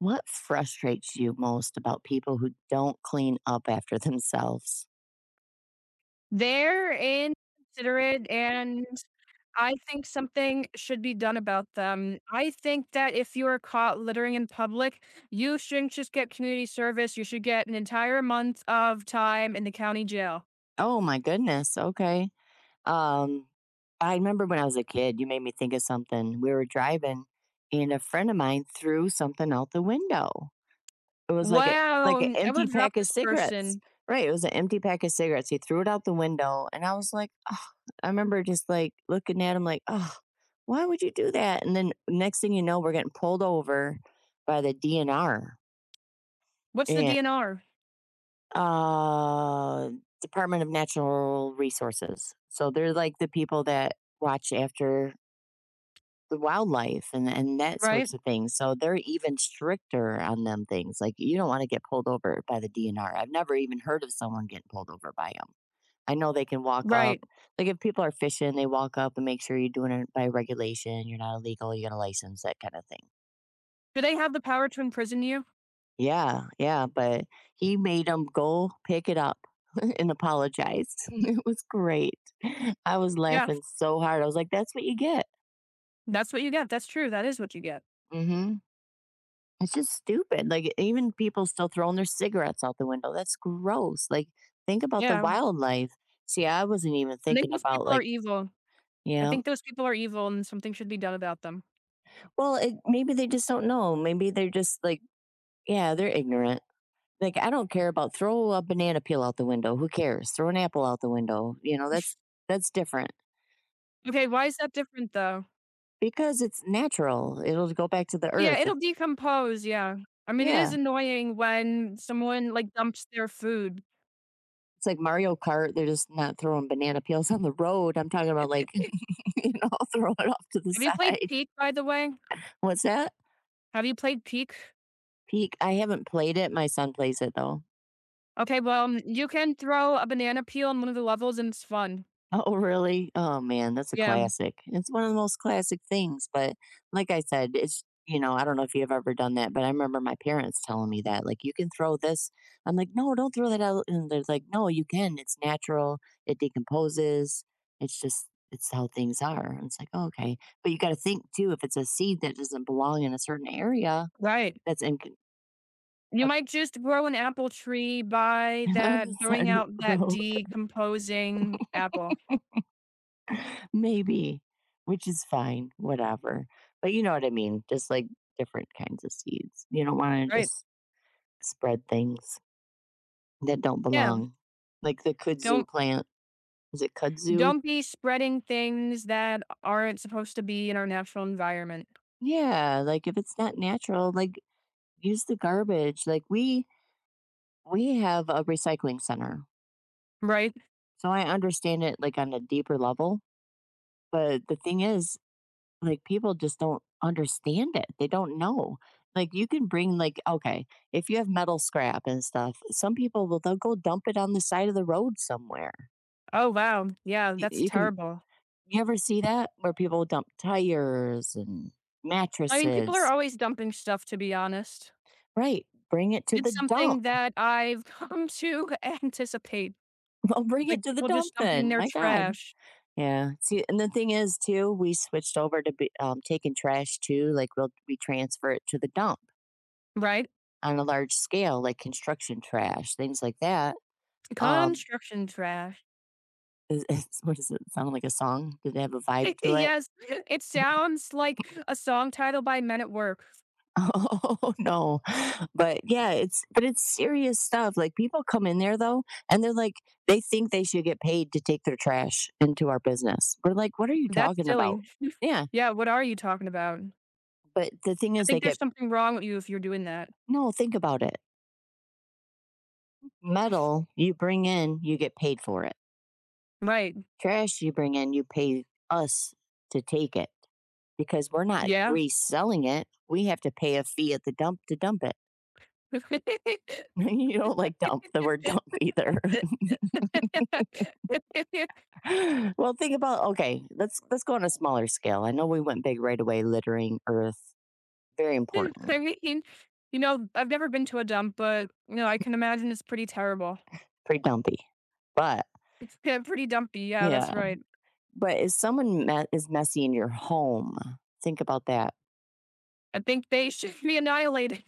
What frustrates you most about people who don't clean up after themselves? They're inconsiderate, and I think something should be done about them. I think that if you are caught littering in public, you shouldn't just get community service, you should get an entire month of time in the county jail. Oh my goodness. Okay. Um, I remember when I was a kid, you made me think of something. We were driving, and a friend of mine threw something out the window. It was like a "Wow, like an I will empty drop pack of this cigarettes. person." Right, it was an empty pack of cigarettes. He threw it out the window, and I was like, oh. I remember just like looking at him, like, oh, why would you do that? And then next thing you know, we're getting pulled over by the DNR, What's the and DNR? uh, Department of Natural Resources. So they're like the people that watch after the wildlife and that Right? sorts of things. So they're even stricter on them things. Like you don't want to get pulled over by the DNR. I've never even heard of someone getting pulled over by them. I know they can walk up. Right. Like if people are fishing, they walk up and make sure you're doing it by regulation. You're not illegal. You got a license, that kind of thing. Do they have the power to imprison you? Yeah, yeah, but he made him go pick it up and apologize. It was great. I was Yeah, laughing so hard. I was like, "That's what you get." that's what you get, that's true, that is what you get. Mhm. It's just stupid. Like, even people still throwing their cigarettes out the window. That's gross. Like, think about the Yeah, wildlife. See, I wasn't even I think thinking those about, people are like evil. I yeah. think those people are evil, and something should be done about them. Well, it maybe they just don't know. Maybe they're just like yeah, they're ignorant. Like, I don't care about throw a banana peel out the window. Who cares? Throw an apple out the window. You know, that's different. Okay, why is that different though? Because it's natural, it'll go back to the Oh, yeah, earth. It'll decompose, yeah. I mean, it is Yeah. annoying when someone, like, dumps their food. It's like Mario Kart, they're just not throwing banana peels on the road. I'm talking about like, you know, throw it off to the Have you played side. Peak by the way? What's that? Have you played Peak? Peak. I haven't played it. My son plays it though. Okay, well, mm, you can throw a banana peel on one of the levels, and it's fun. Oh, really? Oh man, that's a Yeah, classic. It's one of the most classic things, but like I said, it's you know, I don't know if you've ever done that, but I remember my parents telling me that, like, you can throw this. I'm like, no, don't throw that out. And they're like, no, you can. It's natural. It decomposes. It's how things are. And it's like, oh, okay. But you got to think too, if it's a seed that doesn't belong in a certain area right. that's in, You might choose to grow an apple tree by on the that side throwing of the out that road, decomposing apple, maybe, which is fine, whatever. But you know what I mean? Just like different kinds of seeds. You don't want to right? just spread things that don't Yeah, belong. Like the kudzu don't plant. Is it kudzu? don't be spreading things that aren't supposed to be in our natural environment, Yeah, like if it's not natural, like use the garbage. Like we have a recycling center. right? So I understand it like on a deeper level, but the thing is like, people just don't understand it. They don't know. Like, you can bring like okay, if you have metal scrap and stuff, some people will they'll go dump it on the side of the road somewhere. Oh, wow. Yeah, Y that's you can terrible. you ever see that? Where people dump tires and I mean, people are mattresses. always dumping stuff, to be honest. Right, bring it to the It's dump. something that I've come to anticipate, Well, bring it like to the people dump just dumping then, their my god. trash, Yeah, see, and the thing is too, we switched over to be, taking trash too, like, we transfer it to the dump right? on a large scale, like construction trash, things like that. Um, Construction trash. What does it sound like a song? Did it have a vibe to it? Yes, it sounds like a song title by Men at Work. Oh no. But yeah, it's serious stuff. Like people come in there though and they're like they think they should get paid to take their trash into our business. We're like, "What are you That's talking about?" silly. Yeah. Yeah, what are you talking about? But the thing I is they think there's get something wrong with you if you're doing that. no, think about it. Metal you bring in, you get paid for it. Right. Trash you bring in, you pay us to take it, because we're not Yeah. reselling it. We have to pay a fee at the dump to dump it. you don't like dump the word dump either. Well, think about okay, let's go on a smaller scale. I know we went big right away, littering earth, very important, I mean, I've never been to a dump, but, you know, I can imagine it's pretty terrible. pretty dumpy. But It's yeah, pretty dumpy. Yeah, that's yeah, right. but if someone is messy in your home, think about that. I think they should be annihilated.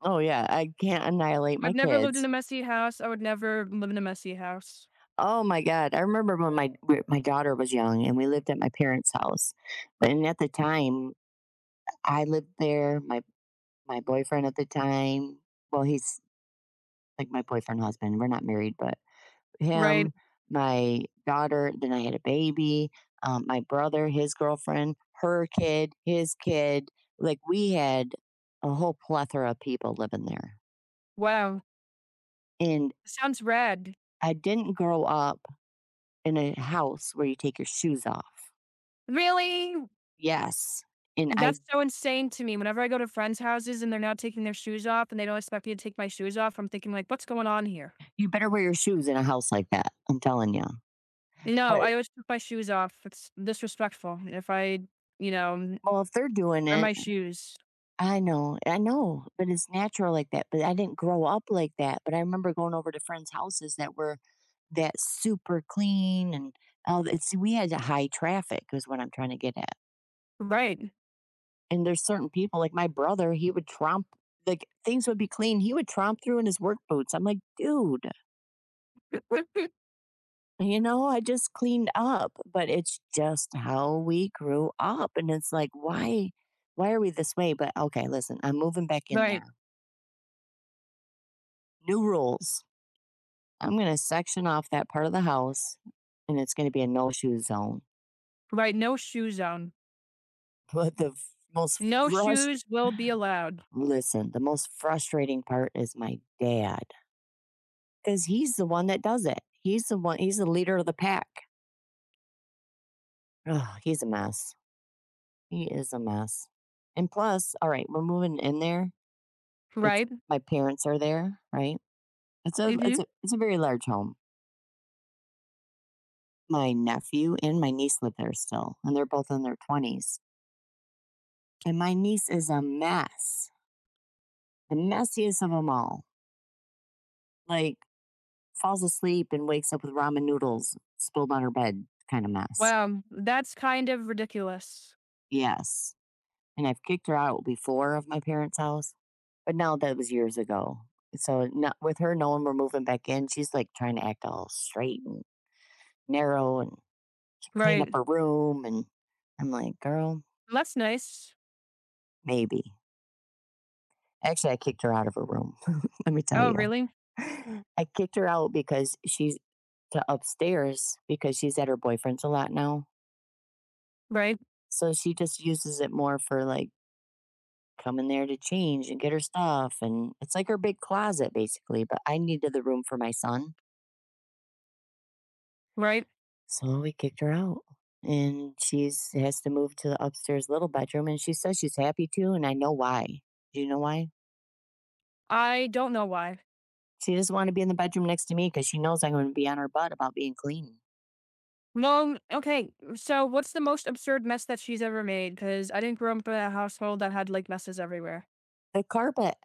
Oh yeah, I can't annihilate my I've never lived in kids. a messy house. I would never live in a messy house. Oh my god, I remember when my daughter was young and we lived at my parents' house. And at the time, I lived there, my boyfriend at the time well, he's like my boyfriend husband, we're not married, but Right. him, my daughter, then I had a baby, my brother, his girlfriend, her kid, his kid, like, we had a whole plethora of people living there, Wow. and Sounds rad. I didn't grow up in a house where you take your shoes off. Really? Yes, and I That's so insane to me. Whenever I go to friends' houses and they're not taking their shoes off and they don't expect me to take my shoes off, I'm thinking like, what's going on here? you better wear your shoes in a house like that, I'm telling you. No, But I always put my shoes off. It's disrespectful if I, you know, well, if they're doing wear it, my shoes. I know, but it's natural like that. But I didn't grow up like that. But I remember going over to friends' houses that were that super clean and oh, it's we had a high traffic is what I'm trying to get at. Right. And there's certain people like my brother, he would tromp like things would be clean. He would tromp through in his work boots. I'm like, dude, you know, I just cleaned up. But it's just how we grew up. And it's like, why are we this way? But okay, listen, I'm moving back in Right, there. New rules. I'm going to section off that part of the house and it's going to be a no shoe zone. right, no shoe zone. But the f- most No frust shoes will be allowed, listen, the most frustrating part is my dad because he's the one that does it. He's the one, he's the leader of the pack. Ugh, he's a mess. He is a mess. And plus, all right, we're moving in there. It's right? my parents are there, right? It's Mhm. A very large home. My nephew and my niece live there still, and they're both in their twenties. And my niece is a mess. The messiest of them all, like, falls asleep and wakes up with ramen noodles spilled on her bed kinda mess. Wow, that's kind of ridiculous. Yes, and I've kicked her out before of my parents' house, but now that was years ago. So, not with her knowing we're moving back in, she's, like, trying to act all straight and narrow, and she cleaned up Right. her room, and I'm like, "Girl, That's nice. maybe." Actually, I kicked her out of her room, let me tell Oh, you. really? I kicked her out because she's to upstairs because she's at her boyfriend's a lot now. Right, So she just uses it more for like coming there to change and get her stuff. And it's like her big closet basically, but I needed the room for my son. right. So we kicked her out. And she's has to move to the upstairs little bedroom. And she says she's happy to. And I know why. Do you know why? I don't know why. She doesn't want to be in the bedroom next to me because she knows I'm going to be on her butt about being clean. Well, okay, so what's the most absurd mess that she's ever made? Because I didn't grow up in a household that had, like, messes everywhere. The carpet.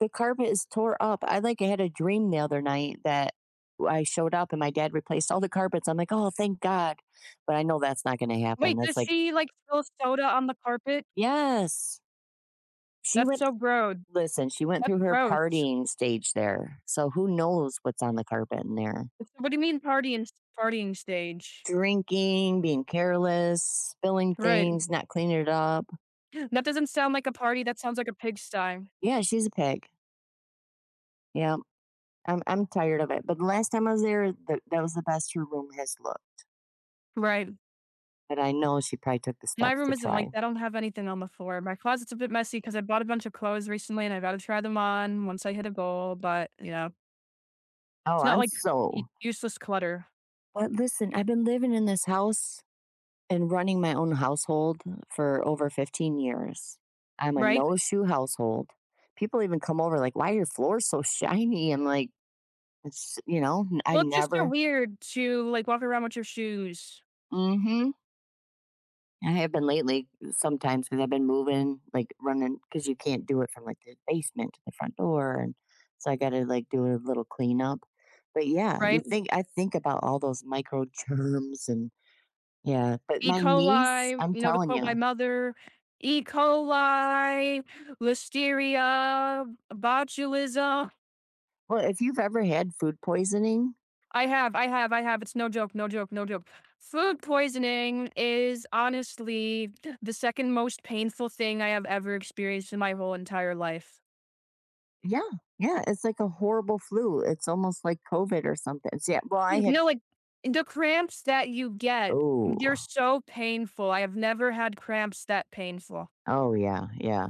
The carpet is tore up. I had a dream the other night that I showed up and my dad replaced all the carpets. I'm like, "Oh, thank God." But I know that's not gonna happen. Wait, That's does like, she, like, spill soda on the carpet? yes. She That's went so gross. listen, she went through That's her gross. partying stage there, so who knows what's on the carpet in there. It's— what do you mean partying stage? Drinking, being careless, spilling Right. things, not cleaning it up. That doesn't sound like a party, that sounds like a pigsty. Yeah, she's a pig. Yeah, I'm tired of it. But the last time I was there, th that was the best her room has looked, Right. but I know she probably took the My steps room to isn't try. like that, I don't have anything on the floor. My closet's a bit messy because I bought a bunch of clothes recently and I gotta try them on once I hit a goal, but, you know, Oh, it's not I'm like u so useless clutter, but listen, I've been living in this house and running my own household for over 15 years. I'm a right? no shoe household. People even come over like, why are your floors so shiny? I'm like, it's, you know, I Well, it's just so never, weird to, like, walk around with your shoes, mm hmm. I have been lately sometimes because I've been moving, like running, because you can't do it from like the basement to the front door. And so I got to like do a little cleanup. But yeah, you right? think, I think about all those micro germs and yeah, but E. my niece, coli, I'm you know, to telling quote my you. mother, "E. coli, listeria, botulism." Well, if you've ever had food poisoning, I have, I have, I have. It's no joke, no joke, no joke. Food poisoning is honestly the second most painful thing I have ever experienced in my whole entire life. yeah, yeah, it's like a horrible flu. It's almost like COVID or something. It's, yeah, well, I had, No, like the cramps that you get, they're oh, so painful. I have never had cramps that painful. oh, yeah, yeah.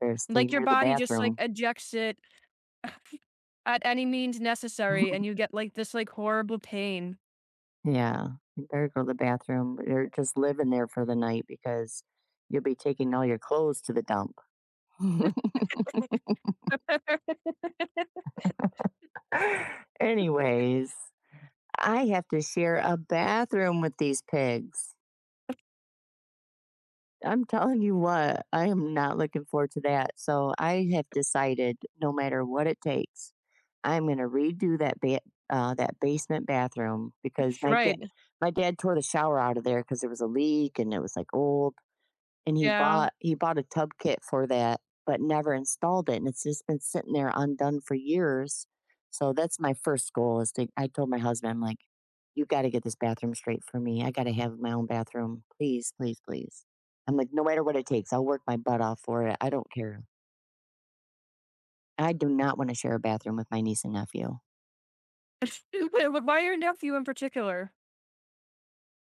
Better stay Like your near the body just like bathroom. ejects it at any means necessary, and you get like this like horrible pain. yeah, you better go to the bathroom or just live in there for the night because you'll be taking all your clothes to the dump. Anyways, I have to share a bathroom with these pigs. I'm telling you what, I am not looking forward to that. So I have decided, no matter what it takes, I'm going to redo that basement bathroom because my dad right. my dad tore the shower out of there because there was a leak and it was like old and he Yeah. bought he bought a tub kit for that, but never installed it, and it's just been sitting there undone for years. So that's my first goal is to. I told my husband, I'm like, "You got to get this bathroom straight for me. I got to have my own bathroom, please, please, please." I'm like, "No matter what it takes, I'll work my butt off for it. I don't care. I do not want to share a bathroom with my niece and nephew. Why your nephew in particular?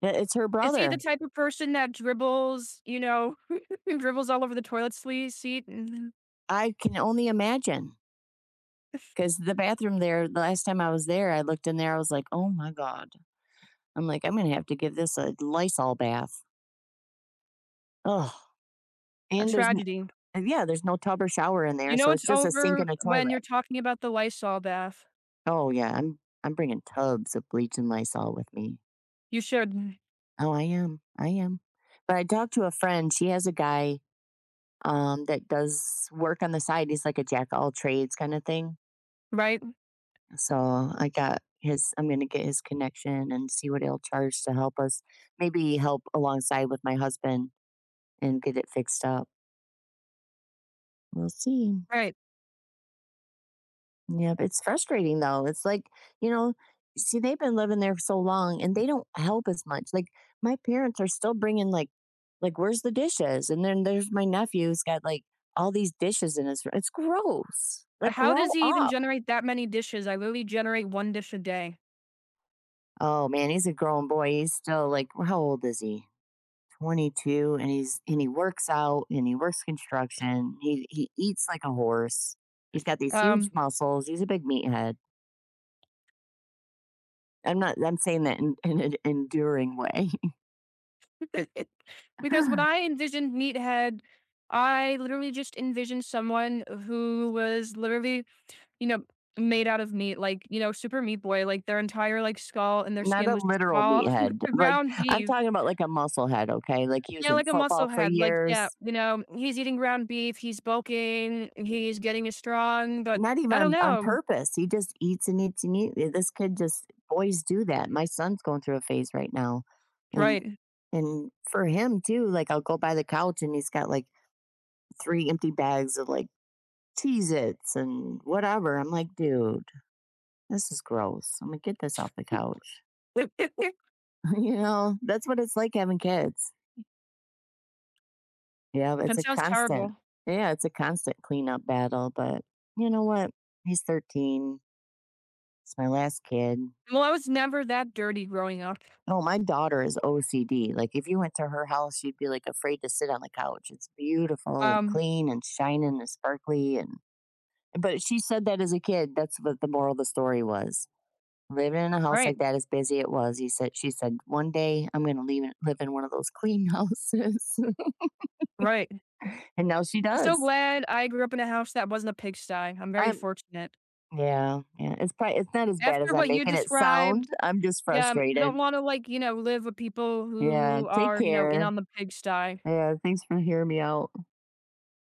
It's her Is he the brother. type of person that dribbles, you know, dribbles all over the toilet sle seat and I can only imagine." Because the bathroom there, the last time I was there, I looked in there, I was like, oh my God. I'm like, "I'm gonna have to give this a Lysol bath." Oh, a and there's n tragedy. and yeah, there's no tub or shower in You there, know so it's it's just a sink and over a when you're toilet. talking about the Lysol bath. Oh, yeah, I'm I'm bringing tubs of bleach and Lysol with me. You should, Oh, I am, I am. But I talked to a friend, she has a guy, that does work on the side, he's like a jack of all trades kinda thing, right? so I'm gonna get his connection and see what he'll charge to help us, maybe help alongside with my husband and get it fixed up. We'll see. Right. Yep, it's frustrating though. It's like, you know, see, they've been living there for so long and they don't help as much. Like my parents are still bringing like where's the dishes? And then there's my nephew's who got like all these dishes in his. It's gross. Like How does grow he even up. generate that many dishes? I literally generate 1 dish a day. Oh man, he's a grown boy. He's still like, how old is he? 22, and he works out and he works construction. He eats like a horse. He's got these huge Um, muscles. He's a big meathead. I'm not I'm saying that in, an enduring way. it- because when I envisioned meathead, I literally just envisioned someone who was literally you know, made out of meat, like, you know, Super Meat Boy, like their entire like skull and their Not skin a was just literal all meathead. Like, ground I'm beef. talking about like a musclehead, okay? Like he was Yeah, in like a football for musclehead. Like, yeah, years. you know, he's eating ground beef, he's bulking, he's getting strong, but Not even I don't on know. purpose. He just eats and eats and eats. This kid just boys do that. My son's going through a phase right now. And Right. and for him too, like I'll go by the couch and he's got like three empty bags of like Cheez Its and whatever. I'm like, dude, this is gross. I'm gonna get this off the couch. that you know, that's what it's like having kids. Yeah, it's a sounds constant terrible. yeah, it's a constant cleanup battle, but you know what? He's 13. It's my last kid. Well, I was never that dirty growing up. Oh, my daughter is OCD. Like, if you went to her house, she'd be like afraid to sit on the couch. It's beautiful and Um, clean and shining and sparkly. And but she said that as a kid. That's what the moral of the story was. Living in a house right, like that, as busy it was, he said. She said, "One day I'm going to leave, live in one of those clean houses," right. and now she I'm so does. glad I grew up in a house that wasn't a pigsty. I'm very I'm fortunate. Yeah, yeah. It's probably it's not as bad as After I'm what you making it described, sound. I'm just yeah, I don't frustrated. wanna, like, you know, live with people Yeah. who Take are, you know, in care. on the pigsty. Yeah. Thanks for hearing me out.